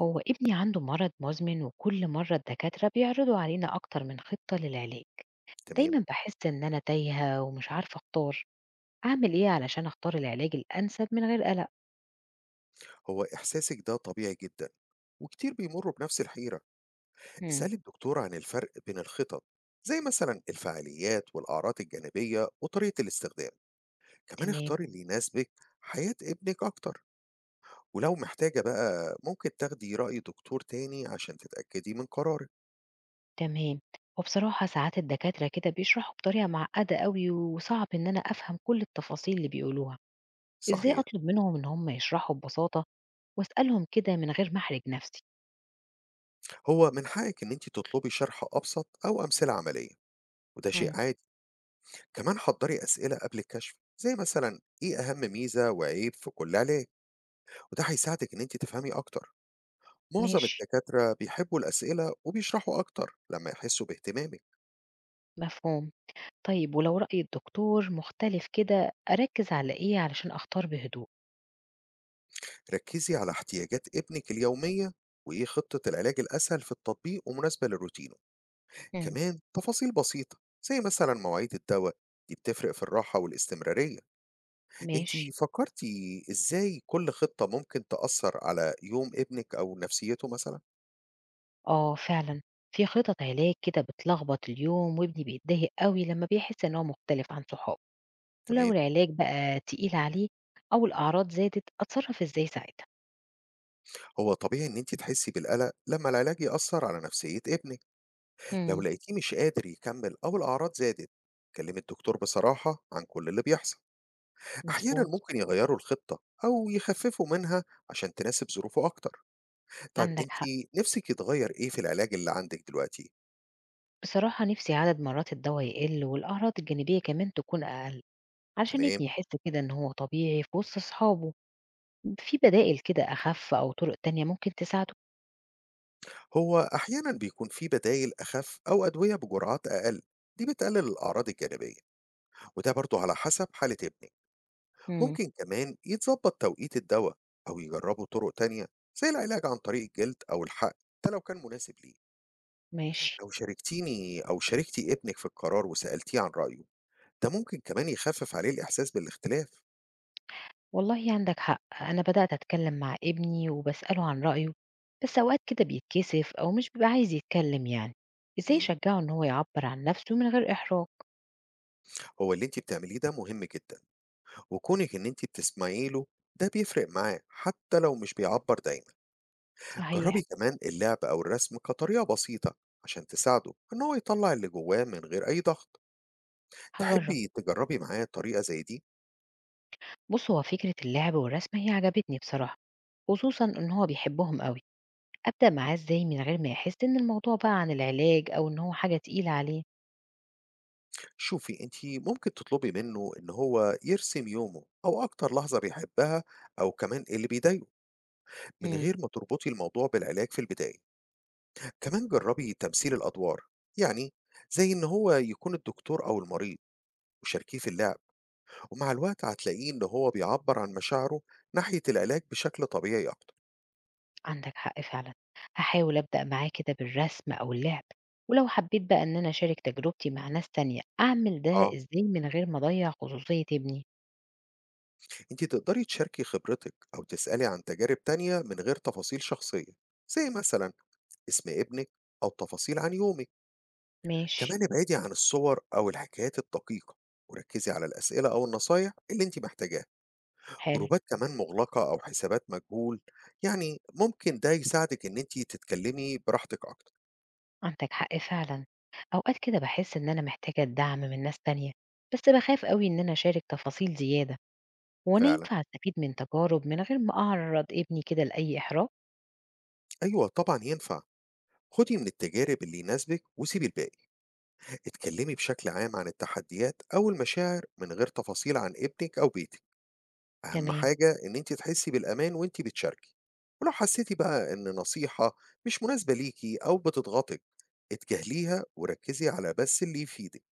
هو ابني عنده مرض مزمن وكل مرة الدكاترة بيعرضوا علينا أكتر من خطة للعلاج. تمام. دايما بحس إن أنا تايهة ومش عارفة أختار. أعمل إيه علشان أختار العلاج الأنسب من غير قلق؟ هو إحساسك ده طبيعي جدا، وكتير بيمروا بنفس الحيرة. مم. اسألي الدكتور عن الفرق بين الخطط، زي مثلا الفعاليات والأعراض الجانبية وطريقة الاستخدام. كمان تمام، اختاري اللي يناسبك حياة ابنك أكتر. ولو محتاجة بقى ممكن تاخدي رأي دكتور تاني عشان تتأكدي من قرارك. تمام. وبصراحة ساعات الدكاترة كده بيشرحوا بطريقة معقدة قوي وصعب إن أنا أفهم كل التفاصيل اللي بيقولوها. إزاي صحيح، أطلب منهم إن هم يشرحوا ببساطة وأسألهم كده من غير ما أحرج نفسي؟ هو من حقك إن أنت تطلبي شرح أبسط أو أمثلة عملية، وده مم. شيء عادي. كمان حضري أسئلة قبل الكشف، زي مثلا إيه أهم ميزة وعيب في كل علاج، وده هيساعدِك إن أنتِ تفهمي أكتر. معظم ماشي، الدكاترة بيحبوا الأسئلة وبيشرحوا أكتر لمّا يحسوا باهتمامِك. مفهوم. طيب ولو رأي الدكتور مختلف كده أركز على إيه علشان أختار بهدوء؟ ركّزي على احتياجات ابنِك اليومية وإيه خطة العلاج الأسهل في التطبيق ومناسبة لروتينه. مم. كمان تفاصيل بسيطة زي مثلًا مواعيد الدوا، دي بتفرق في الراحة والاستمرارية. أنتِ ماشي. فكرتِ إزاي كل خطة ممكن تأثّر على يوم ابنِك أو نفسيته مثلًا؟ آه فعلا. في خطط علاج كده بتلخبط اليوم وابني بيتضايق قوي لما بيحس إن هو مختلف عن صحابه. ولو تمام. العلاج بقى تقيل عليه أو الأعراض زادت أتصرف إزاي ساعتها؟ هو طبيعي إن أنتِ تحسي بالقلق لمّا العلاج يأثّر على نفسية ابنِك. لو مم. لقيتيه مش قادر يكمل أو الأعراض زادت، كلمي الدكتور بصراحة عن كل اللي بيحصل. أحيانا مظبوط، ممكن يغيروا الخطة أو يخففوا منها عشان تناسب ظروفه أكتر. طيب عندك أنت حق. نفسك يتغير إيه في العلاج اللي عندك دلوقتي؟ بصراحة نفسي عدد مرات الدواء يقل والأعراض الجانبية كمان تكون أقل، علشان ابني تمام. يحس كده إن هو طبيعي في وسط أصحابه. في بدائل كده أخف أو طرق تانية ممكن تساعده؟ هو أحيانا بيكون في بدايل أخف أو أدوية بجرعات أقل، دي بتقلل الأعراض الجانبية، وده برضه على حسب حالة ابنك. إمم، ممكن كمان يتظبط توقيت الدواء أو يجربوا طرق تانية، زي العلاج عن طريق الجلد أو الحقن، ده لو كان مناسب ليه. ماشي. لو شاركتيني أو شاركتي ابنِك في القرار وسألتيه عن رأيه، ده ممكن كمان يخفف عليه الإحساس بالاختلاف. والله عندك حق، أنا بدأت أتكلّم مع ابني وباسأله عن رأيه، بس أوقات كده بيتكسف أو مش بيبقى عايز يتكلّم يعني، إزاي إمم، أشجّعه إن هو يعبّر عن نَفْسه من غير إحراج؟ هو اللي أنتِ بتعمليه ده مهم جدًا، وكونِك إن أنتِ بتسمعي له ده بيفرق معاه حتى لو مش بيعبّر دايمًا. صحيح. جرّبي كمان اللعب أو الرسم كطريقة بسيطة عشان تساعده إن هو يطلّع اللي جواه من غير أي ضغط. هاجرّب. تحبي تجرّبي معاه طريقة زي دي؟ بُص، هو فكرة اللعب والرسم هي عجبتني بصراحة، خصوصًا إن هو بيحبّهم أوي. أبدأ معاه إزاي من غير ما يحس إن الموضوع بقى عن العلاج أو إن هو حاجة تقيلة عليه؟ شوفي، أنتِ ممكن تطلبي منه إن هو يرسم يومه أو أكتر لحظة بيحبها أو كمان إيه اللي بيضايقه، من إمم. غير ما تربطي الموضوع بالعلاج في البداية. كمان جربي تمثيل الأدوار، يعني زي إن هو يكون الدكتور أو المريض، وشاركيه في اللعب، ومع الوقت هتلاقيه إن هو بيعبر عن مشاعره ناحية العلاج بشكل طبيعي أكتر. عندك حق فعلا. هحاول أبدأ معاه كده بالرسم أو اللعب. ولو حبيت بقى إن أنا أشارك تجربتي مع ناس تانية أعمل ده آه، إزاي من غير ما أضيع خصوصية ابني؟ أنت تقدري تشاركي خبرتك أو تسألي عن تجارب تانية من غير تفاصيل شخصية، زي مثلا اسم ابنك أو تفاصيل عن يومك. ماشي. كمان ابعدي عن الصور أو الحكايات الدقيقة، وركزي على الأسئلة أو النصايح اللي أنت محتاجاها. حلو. جروبات كمان مغلقة أو حسابات مجهول، يعني ممكن ده يساعدك إن أنت تتكلمي براحتك أكتر. عندك حق فعلا. أوقات كده بحس إن أنا محتاجة الدعم من ناس تانية، بس بخاف قوي إن أنا أشارك تفاصيل زيادة. وأنا فعلا، ينفع أستفيد من تجارب من غير ما أعرض ابني كده لأي إحراج؟ أيوة طبعا ينفع. خدي من التجارب اللي يناسبك وسيبي الباقي. اتكلمي بشكل عام عن التحديات أو المشاعر من غير تفاصيل عن ابنك أو بيتك. أهم تمام. حاجة إن أنت تحسي بالأمان وأنت بتشاركي. ولو حسيتي بقى إن نصيحة مش مناسبة ليكي أو بتضغطك، اتجاهليها وركزي على بس اللي يفيدك.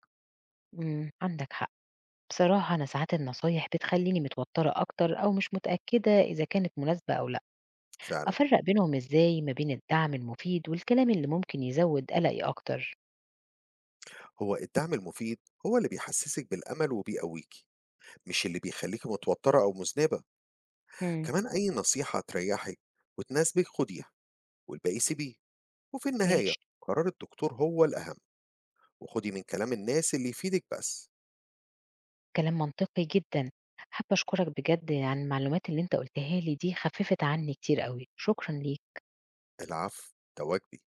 مم. عندك حق. بصراحة أنا ساعات النصايح بتخليني متوترة أكتر أو مش متأكدة إذا كانت مناسبة أو لأ. فعلا، أفرق بينهم إزاي ما بين الدعم المفيد والكلام اللي ممكن يزود قلقي أكتر؟ هو الدعم المفيد هو اللي بيحسسك بالأمل وبيقويكي، مش اللي بيخليكي متوترة أو مذنبة. امم. كمان أي نصيحة تريحك وتناسبك خديها، والباقي سيبيه. وفي النهاية ماشي. قرار الدكتور هو الأهم، وخدي من كلام الناس اللي يفيدك بس. كلام منطقي جدا. حابة أشكرك بجد، عن المعلومات اللي أنت قلتها لي دي خففت عني كتير قوي، شكرا ليك. العفو، ده واجبي.